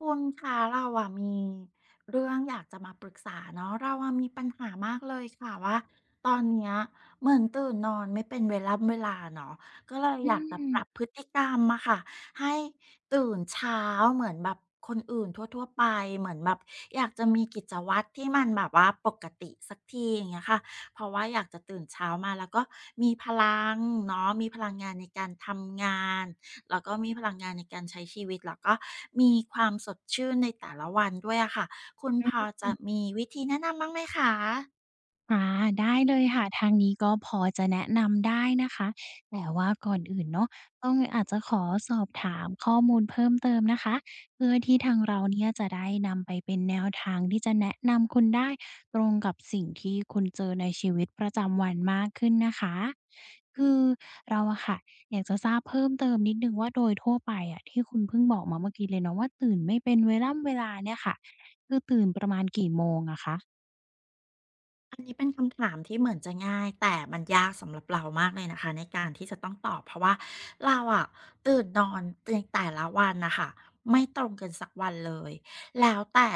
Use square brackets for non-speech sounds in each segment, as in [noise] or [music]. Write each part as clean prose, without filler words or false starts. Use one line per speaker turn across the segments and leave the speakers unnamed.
คุณคะเราอะมีเรื่องอยากจะมาปรึกษาเนาะเราอะมีปัญหามากเลยค่ะว่าตอนเนี้ยเหมือนตื่นนอนไม่เป็นเวลาเวลาเนาะก็เลย
อื
อยากจะ
ม
ปรับพฤติกรรมมาค่ะให้ตื่นเช้าเหมือนแบบคนอื่นทั่วๆไปเหมือนแบบอยากจะมีกิจวัตรที่มันแบบว่าปกติสักทีอย่างเงี้ยค่ะเพราะว่าอยากจะตื่นเช้ามาแล้วก็มีพลังเนาะมีพลังงานในการทำงาน แล้วก็มีพลังงานในการใช้ชีวิตแล้วก็มีความสดชื่นในแต่ละวันด้วยอะค่ะคุณพอจะมีวิธีแนะนำบ้างไหมคะ
อาได้เลยค่ะทางนี้ก็พอจะแนะนำได้นะคะแต่ว่าก่อนอื่นเนาะต้องอาจจะขอสอบถามข้อมูลเพิ่มเติมนะคะเพื่อที่ทางเราเนี่ยจะได้นำไปเป็นแนวทางที่จะแนะนำคุณได้ตรงกับสิ่งที่คุณเจอในชีวิตประจำวันมากขึ้นนะคะคือเราอะค่ะอยากจะทราบเพิ่มเติมนิดหนึ่งว่าโดยทั่วไปอะที่คุณเพิ่งบอกมาเมื่อกี้เลยเนาะว่าตื่นไม่เป็นเวล่ำเวลาเนี่ยค่ะคือตื่นประมาณกี่โมงอะคะ
อันนี้เป็นคำถามที่เหมือนจะง่ายแต่มันยากสำหรับเรามากเลยนะคะในการที่จะต้องตอบเพราะว่าเราอะตื่นนอนในแต่ละวันนะคะไม่ตรงกันสักวันเลยแล้วแต่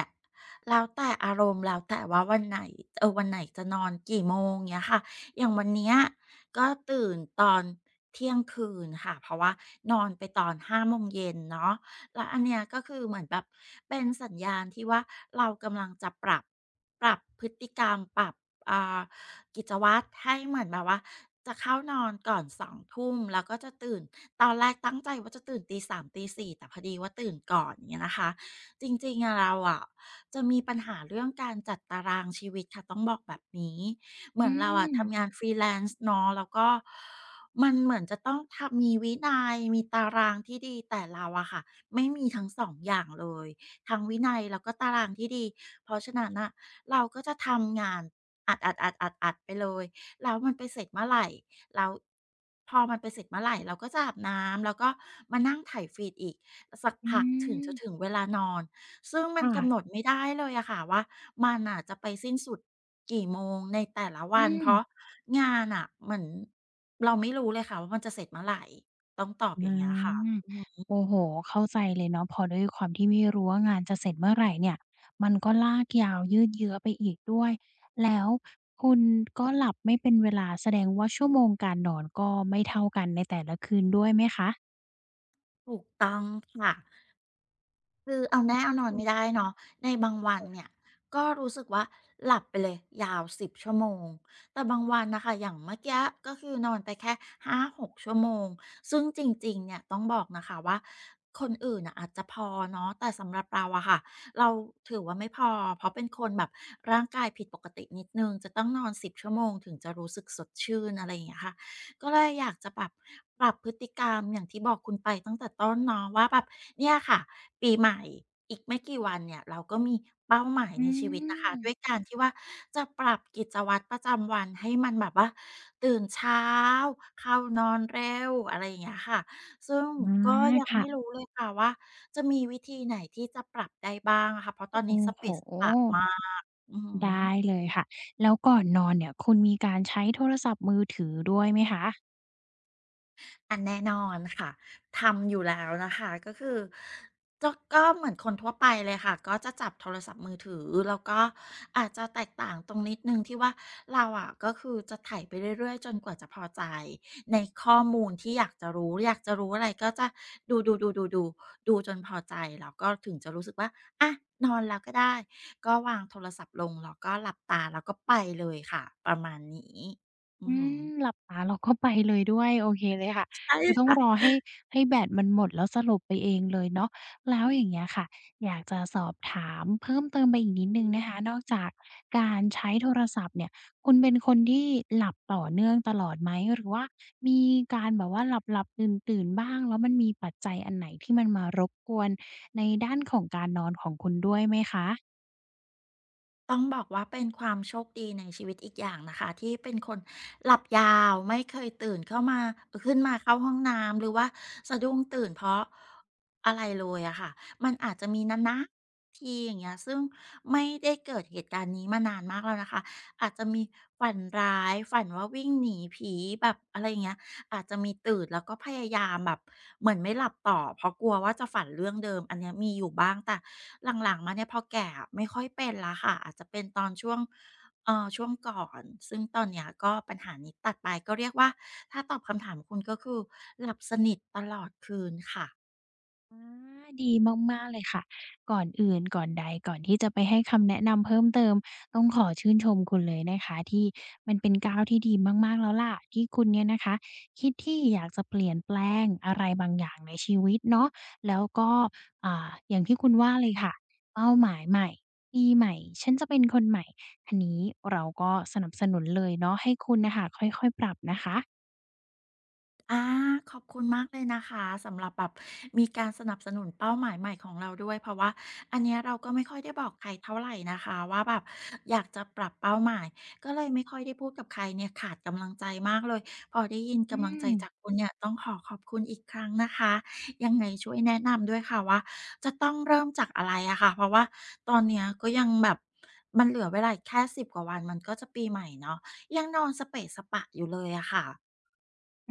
แล้วแต่อารมณ์แล้วแต่ว่าวันไหนเออวันไหนจะนอนกี่โมงเงี้ยค่ะอย่างวันเนี้ยก็ตื่นตอนเที่ยงคืนค่ะเพราะว่านอนไปตอน5โมงเย็นเนาะแล้วอันเนี้ยก็คือเหมือนแบบเป็นสัญญาณที่ว่าเรากำลังจะปรับพฤติกรรมปรับ อ่ากิจวัตรให้เหมือนแบบว่าจะเข้านอนก่อน2ทุ่มแล้วก็จะตื่นตอนแรกตั้งใจว่าจะตื่นตีสามตีสี่แต่พอดีว่าตื่นก่อนอย่างเงี้ยนะคะจริงๆอะเราอะจะมีปัญหาเรื่องการจัดตารางชีวิตค่ะต้องบอกแบบนี้เหมื
อื
อนเราอะทำงา
ม
น f r e e ล a n ์เนาะแล้วก็มันเหมือนจะต้องทำมีวินัยมีตารางที่ดีแต่เราอะค่ะไม่มีทั้ง2องอย่างเลย ทั้งวินัยแล้วก็ตารางที่ดี เพราะฉะนั้นน่ะเราก็จะทำงานอัดอๆๆๆไปเลยแล้วมันไปเสร็จเมื่อไรแล้วพอมันไปเสร็จเมื่อไรเราก็จะอาบน้ำแล้วก็มานั่งไถฟีดอีกสัก
อื
พักถึง
ม
จะถึงเวลานอนซึ่งมันกำหนด
ค่ะ
ไม่ได้เลยอะค่ะว่ามันน่ะจะไปสิ้นสุดกี่โมงในแต่ละ
อื
วัน
ม
เพราะงานน่ะเหมือนเราไม่รู้เลยค่ะว่ามันจะเสร็จเมื่อไรต้องตอบอ
อื
ย่างเงี้ยค่ะ
ม
อืม
โอ้โฮเข้าใจเลยเนาะพอด้วยความที่ไม่รู้ว่างานจะเสร็จเมื่อไรเนี่ยมันก็ลากยาวยืดเยื้อไปอีกด้วย แล้วคุณก็หลับไม่เป็นเวลาแสดงว่าชั่วโมงการนอนก็ไม่เท่ากันในแต่ละคืนด้วยไหมคะ
ถูกต้องค่ะ คือเอาแน่เอานอน
อื
ไม่
ม
ได้เนาะในบางวันเนี่ยก็รู้สึกว่าหลับไปเลยยาว10 ชั่วโมงแต่บางวันน่ะค่ะอย่างเมื่อกี้ก็คือนอนไปแค่ห6ชั่วโมงซึ่งจริงๆเนี่ยต้องบอกนะคะว่าคนอื่นน่ะอาจจะพอเนาะแต่สำหรับเราอะค่ะเราถือว่าไม่พอเพราะเป็นคนแบบร่างกายผิดปกตินิดหนึ่งจะต้องนอน10ชั่วโมงถึงจะรู้สึกสดชื่นอะไรอย่างเงี้ยค่ะ ก็เลยอยากจะแบบปรับพฤติกรรมอย่างที่บอกคุณไปตั้งแต่ต้นเนาะว่าแบบเนี่ยค่ะปีใหม่อีกไม่กี่วันเนี่ยเราก็มีเป้าหมายในชีวิตนะคะด้วยการที่ว่าจะปรับกิจวัตรประจำวันให้มันแบบว่าตื่นเช้าเข้านอนเร็วอะไรอย่างเงี้ยค่ะซึ่ง
อื
ก็
มอา
ยังไม่รู้
ค่ะ
เลยค่ะว่าจะมีวิธีไหนที่จะปรับได้บ้างอะค่ะเพราะตอน
โอ้
นี้สะ
โ
เปะสะปะ
ฮ
มากอือหื
ได้
อ
เลยค่ะ แล้วก่อนนอนเนี่ยคุณมีการใช้โทรศัพท์มือถือด้วยไหมคะ
อันแน่นอนค่ะทำอยู่แล้วนะคะก็คือก็เหมือนคนทั่วไปเลยค่ะก็จะจับโทรศัพท์มือถือแล้วก็อาจจะแตกต่างตรงนิดนึงที่ว่าเราอะก็คือจะไถายไปเรื่อยๆจนกว่าจะพอใจในข้อมูลที่อยากจะรู้อยากจะรู้อะไรก็จะดูดูดูดูดูดูจนพอใจแล้วก็ถึงจะรู้สึกว่าอะนอนแล้วก็ได้ก็วางโทรศัพท์ลงแล้วก็หลับตาแล้วก็ไปเลยค่ะประมาณนี้อือ
อื
หือ
มหลับตาแล้วก็ไปเลยด้วยโอเคเลยค่ะ
ใช่
คือต้อง
ค่ะ
รอให้แบตมันหมดแล้วสลบไปเองเลยเนาะแล้วอย่างเงี้ยค่ะอยากจะสอบถามเพิ่มเติมไปอีกนิดหนึ่งนะคะนอกจากการใช้โทรศัพท์เนี่ยคุณเป็นคนที่หลับต่อเนื่องตลอดไหมหรือว่ามีการแบบว่าหลับๆตื่นๆบ้างแล้วมันมีปัจจัยอันไหนที่มันมารบกวนในด้านของการนอนของคุณด้วยไหมคะ
ต้องบอกว่าเป็นความโชคดีในชีวิตอีกอย่างนะคะที่เป็นคนหลับยาวไม่เคยตื่นเข้ามาขึ้นมาเข้าห้องน้ำหรือว่าสะดุ้งตื่นเพราะอะไรเลยอะค่ะมันอาจจะมีนานนะทีอย่างเงี้ยซึ่งไม่ได้เกิดเหตุการณ์นี้มานานมากแล้วนะคะอาจจะมีฝันร้ายฝันว่าวิ่งหนีผีแบบอะไรอย่างเงี้ย อาจจะมีตื่นแล้วก็พยายามแบบเหมือนไม่หลับต่อเพราะกลัวว่าจะฝันเรื่องเดิมอันเนี้ยมีอยู่บ้างแต่หลังๆมาเนี่ยพอแก่อะไม่ค่อยเป็นแล้วค่ะอาจจะเป็นตอนช่วงช่วงก่อนซึ่งตอนเนี้ยก็ปัญหานี้ตัดไปก็เรียกว่าถ้าตอบคำถามคุณก็คือหลับสนิทตลอดคืนค่ะ
อาดีมากๆเลยค่ะก่อนอื่นก่อนใดก่อนที่จะไปให้คำแนะนำเพิ่มเติมต้องขอชื่นชมคุณเลยนะคะที่มันเป็นก้าวที่ดีมากๆแล้วล่ะที่คุณเนี่ยนะคะคิดที่อยากจะเปลี่ยนแปลงอะไรบางอย่างในชีวิตเนาะแล้วก็อย่างที่คุณว่าเลยค่ะเป้าหมายใหม่ปีใหม่ฉันจะเป็นคนใหม่อันนี้เราก็สนับสนุนเลยเนาะให้คุณน่ะค่ะค่อยๆปรับนะคะ
อาขอบคุณมากเลยนะคะสำหรับแบบมีการสนับสนุนเป้าหมายใหม่ของเราด้วยเพราะว่าอันเนี้ยเราก็ไม่ค่อยได้บอกใครเท่าไหรนะคะว่าแบบอยากจะปรับเป้าหมายก็เลยไม่ค่อยได้พูดกับใครเนี่ยขาดกำลังใจมากเลยพอได้ยิน
อื
กำลังใจ
ม
จากคุณเนี่ยต้องขอขอบคุณอีกครั้งนะคะยังไงช่วยแนะนำด้วยค่ะว่าจะต้องเริ่มจากอะไรอะค่ะเพราะว่าตอนเนี้ยก็ยังแบบมันเหลือเวลาอีกแค่สิบกว่าวันมันก็จะปีใหม่เนาะยังนอนสเปะสปะอยู่เลยอะค่ะ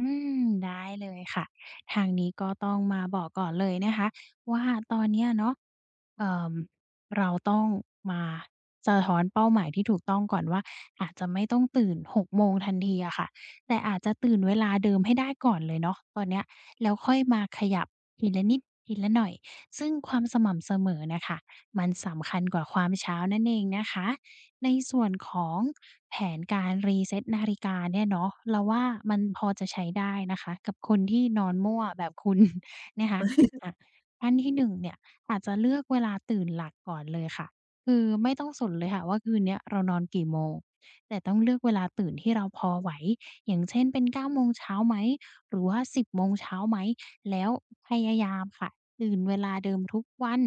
อืได้เลยค่ะทางนี้ก็ต้องมาบอกก่อนเลยนะคะว่าตอนเนี้ยเนาะเอ่อเราต้องมาสะท้อนเป้าหมายที่ถูกต้องก่อนว่าอาจจะไม่ต้องตื่น6โมงทันทีอะค่ะแต่อาจจะตื่นเวลาเดิมให้ได้ก่อนเลยเนาะตอนเนี้ยแล้วค่อยมาขยับทีละนิดทีละหน่อยซึ่งความสม่ำเสมอน่ะค่ะมันสำคัญกว่าความช้านั่นเองนะคะ ในส่วนของแผนการรีเซ็ตนาฬิกาเนี่ยเนาะเราว่ามันพอจะใช้ได้นะคะกับคนที่นอนมั่วแบบคุณ [laughs] นะคะอะขั้นที่หนึ่งเนี่ยอาจจะเลือกเวลาตื่นหลักก่อนเลยค่ะคือไม่ต้องสนเลยค่ะว่าคืนเนี้ยเรานอนกี่โมงแต่ต้องเลือกเวลาตื่นที่เราพอไหวอย่างเช่นเป็นเก้าโมงเช้าไหมหรือว่า1บโมงเช้าไหมแล้วพยายามค่ะตื่นเวลาเดิมทุกวัน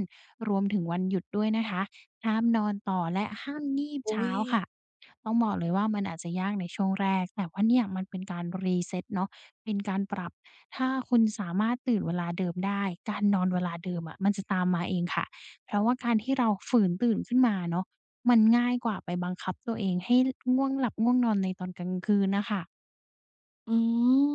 รวมถึงวันหยุดด้วยนะคะ ห้ามนอนต่อและห้ามงีบ
อุ
เช้า
ย
ค่ะต้องบอกเลยว่ามันอาจจะยากในช่วงแรกแต่ว่าเนี่ยมันเป็นการ reset เซ็ตเนาะเป็นการปรับถ้าคุณสามารถตื่นเวลาเดิมได้การนอนเวลาเดิมอะมันจะตามมาเองค่ะเพราะว่าการที่เราฝืนตื่นขึ้นมาเนาะมันง่ายกว่าไปบังคับตัวเองให้ง่วงหลับง่วงนอนในตอนกลางคืนน่ะค่ะ
อืม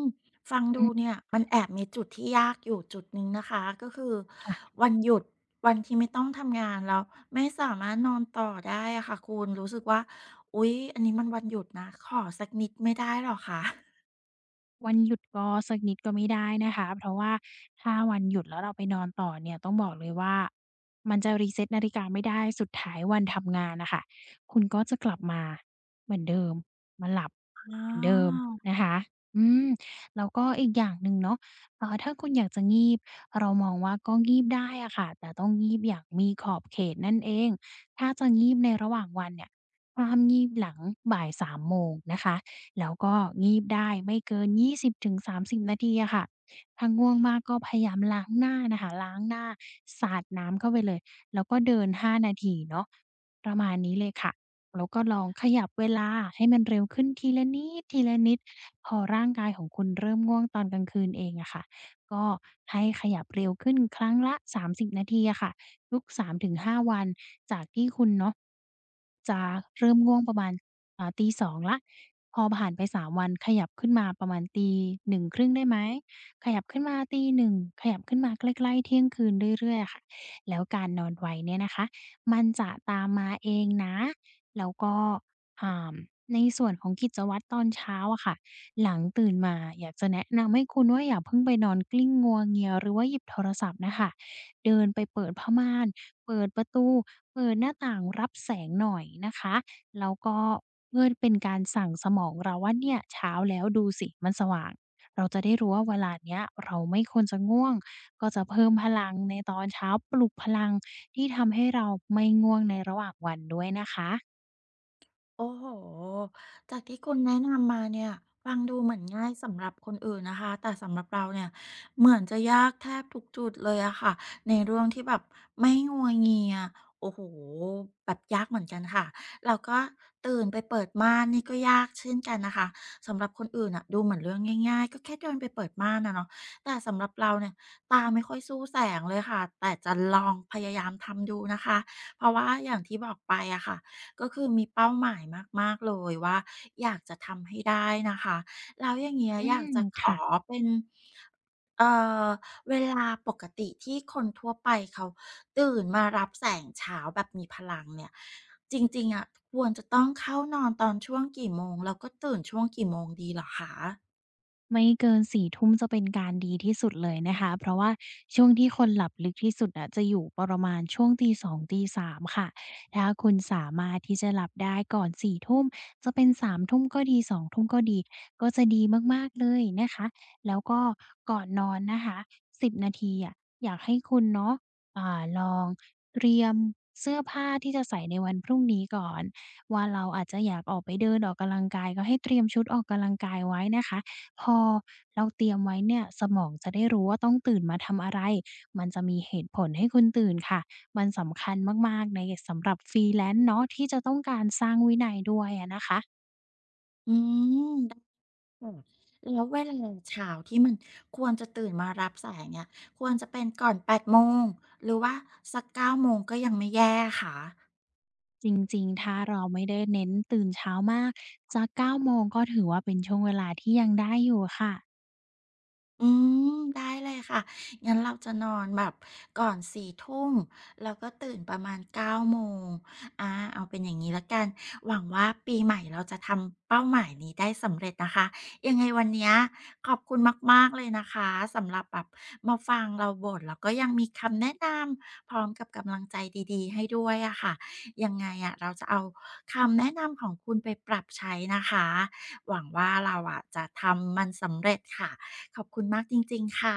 ฟัง
อื
ดู
ม
เนี่ยมันแอบมีจุดที่ยากอยู่จุดหนึ่งนะคะก็คือ
ค่ะ
วันหยุดวันที่ไม่ต้องทำงานแล้วไม่สามารถนอนต่อได้อะค่ะคุณรู้สึกว่าอุ๊ยอันนี้มันวันหยุดนะขอสักนิดไม่ได้หรอคะ
วันหยุดก็สักนิดก็ไม่ได้นะคะเพราะว่าถ้าวันหยุดแล้วเราไปนอนต่อเนี่ยต้องบอกเลยว่ามันจะรีเซ็ตนาฬิกาไม่ได้สุดท้ายวันทำงานน่ะค่ะคุณก็จะกลับมาเหมือนเดิมมาหลับ
อ
เหมือนเดิม
า
นะคะอืมแล้วก็อีกอย่างหนึ่งเนาะถ้าคุณอยากจะงีบเรามองว่าก็งีบได้อะค่ะแต่ต้องงีบอย่างมีขอบเขตนั่นเองถ้าจะงีบในระหว่างวันเนี่ยห้ามงีบหลังบ่ายสามโมงนะคะ แล้วก็งีบได้ไม่เกิน20-30นาทีอะค่ะถ้าง่วงมากก็พยายามล้างหน้านะคะล้างหน้าสาดน้ำเข้าไปเลยแล้วก็เดิน5นาทีเนาะประมาณนี้เลยค่ะแล้วก็ลองขยับเวลาให้มันเร็วขึ้นทีละนิดทีละนิดพอร่างกายของคุณเริ่มง่วงตอนกลางคืนเองอะค่ะก็ให้ขยับเร็วขึ้นครั้งละ30นาทีอะค่ะทุก3-5วันจากที่คุณเนาะจะเริ่มง่วงประมาณ 2 0แล้วพอผ่านไป3วันขยับขึ้นมาประมาณตีหนึ่งคร1่งได้ไหมขยับขึ้นมาตหน1่งขยับขึ้นมาใกล้ๆเที่ยงคืนเรื่อยๆอะค่ะแล้วการนอนไวเนี่ยนะคะมันจะตามมาเองนะแล้วก็อ่าในส่วนของกิจวัตรตอนเช้าอะค่ะหลังตื่นมาอยากจะแนะนำให้คุณว่าอย่าเพิ่งไปนอนกลิ้งงัวเงียหรือว่าหยิบโทรศัพท์น่ะค่ะเดินไปเปิดผ้าม่านเปิดประตูเปิดหน้าต่างรับแสงหน่อยนะคะ แล้วก็เพื่อเป็นการสั่งสมองเราว่าเนี่ยเช้าแล้วดูสิมันสว่างเราจะได้รู้ว่าเวลาเนี้ยเราไม่ควรจะง่วงก็จะเพิ่มพลังในตอนเช้าปลุกพลังที่ทำให้เราไม่ง่วงในระหว่างวันด้วยนะคะ
โอ้โฮจากที่คุณแนะนำมาเนี่ยฟังดูเหมือนง่ายสำหรับคนอื่นนะคะแต่สำหรับเราเนี่ยเหมือนจะยากแทบทุกจุดเลยอะค่ะในเรื่องที่แบบไม่งัวเงียโอ้โหแบบยากเหมือนกันค่ะเราก็ตื่นไปเปิดม่านนี่ก็ยากเช่นกันนะคะสำหรับคนอื่นอ่ะดูเหมือนเรื่องง่ายๆก็แค่เดินไปเปิดม่านอะเนาะแต่สำหรับเราเนี่ยตาไม่ค่อยสู้แสงเลยค่ะแต่จะลองพยายามทำดูนะคะเพราะว่าอย่างที่บอกไปอะค่ะ ก็คือมีเป้าหมายมากๆเลยว่าอยากจะทำให้ได้นะคะแล้วอย่างเงี้ย
อื
อยาก
ม
จะข
ค่ะ
อเป็นเอ่อเวลาปกติที่คนทั่วไปเขาตื่นมารับแสงเช้าแบบมีพลังเนี่ยจริงๆอะควรจะต้องเข้านอนตอนช่วงกี่โมงแล้วก็ตื่นช่วงกี่โมงดีเหรอคะ
ไม่เกิน4ทุ่มจะเป็นการดีที่สุดเลยนะคะเพราะว่าช่วงที่คนหลับลึกที่สุดอะจะอยู่ประมาณช่วงตีสองตีสามค่ะถ้าคุณสามารถที่จะหลับได้ก่อน4ทุ่มจะเป็น3ทุ่มก็ดี2ทุ่มก็ดีก็จะดีมากๆเลยนะคะแล้วก็ก่อนนอนนะคะ10นาทีอะอยากให้คุณเนาะลองเตรียมเสื้อผ้าที่จะใส่ในวันพรุ่งนี้ก่อนว่าเราอาจจะอยากออกไปเดินออกกำลังกายก็ให้เตรียมชุดออกกำลังกายไว้นะคะ พอเราเตรียมไว้เนี่ยสมองจะได้รู้ว่าต้องตื่นมาทำอะไรมันจะมีเหตุผลให้คุณตื่นค่ะมันสำคัญมากๆในสำหรับ Freelance เนาะที่จะต้องการสร้างวินัยด้วยอะนะคะ
อืม ค่ะแล้วเวลาเช้าที่มันควรจะตื่นมารับแสงเนี่ยควรจะเป็นก่อน 8 โมงหรือว่าสัก 9 โมงก็ยังไม่แย่ค่ะ
จริงๆถ้าเราไม่ได้เน้นตื่นเช้ามากสัก9โมงก็ถือว่าเป็นช่วงเวลาที่ยังได้อยู่ค่ะ
อืมได้เลยค่ะงั้นเราจะนอนแบบก่อน4ทุ่มแล้วก็ตื่นประมาณ9โมงอ่าเอาเป็นอย่างนี้แล้วกันหวังว่าปีใหม่เราจะทำเป้าหมายนี้ได้สำเร็จนะคะยังไงวันเนี้ยขอบคุณมากๆเลยนะคะสำหรับแบบมาฟังเราบ่นแล้วก็ยังมีคำแนะนำพร้อมกับกำลังใจดีๆให้ด้วยอะค่ะยังไงอะเราจะเอาคำแนะนำของคุณไปปรับใช้นะคะหวังว่าเราอะจะทำมันสำเร็จค่ะ ขอบคุณมากจริงๆค่ะ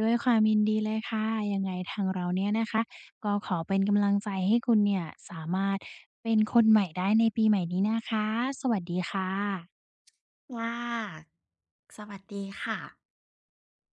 ด้วยความยินดีเลยค่ะยังไงทางเราเนี่ยนะคะก็ขอเป็นกำลังใจให้คุณเนี่ยสามารถเป็นคนใหม่ได้ในปีใหม่นี้นะคะสวัสดีค่ะ
ค่ะสวัสดีค่ะ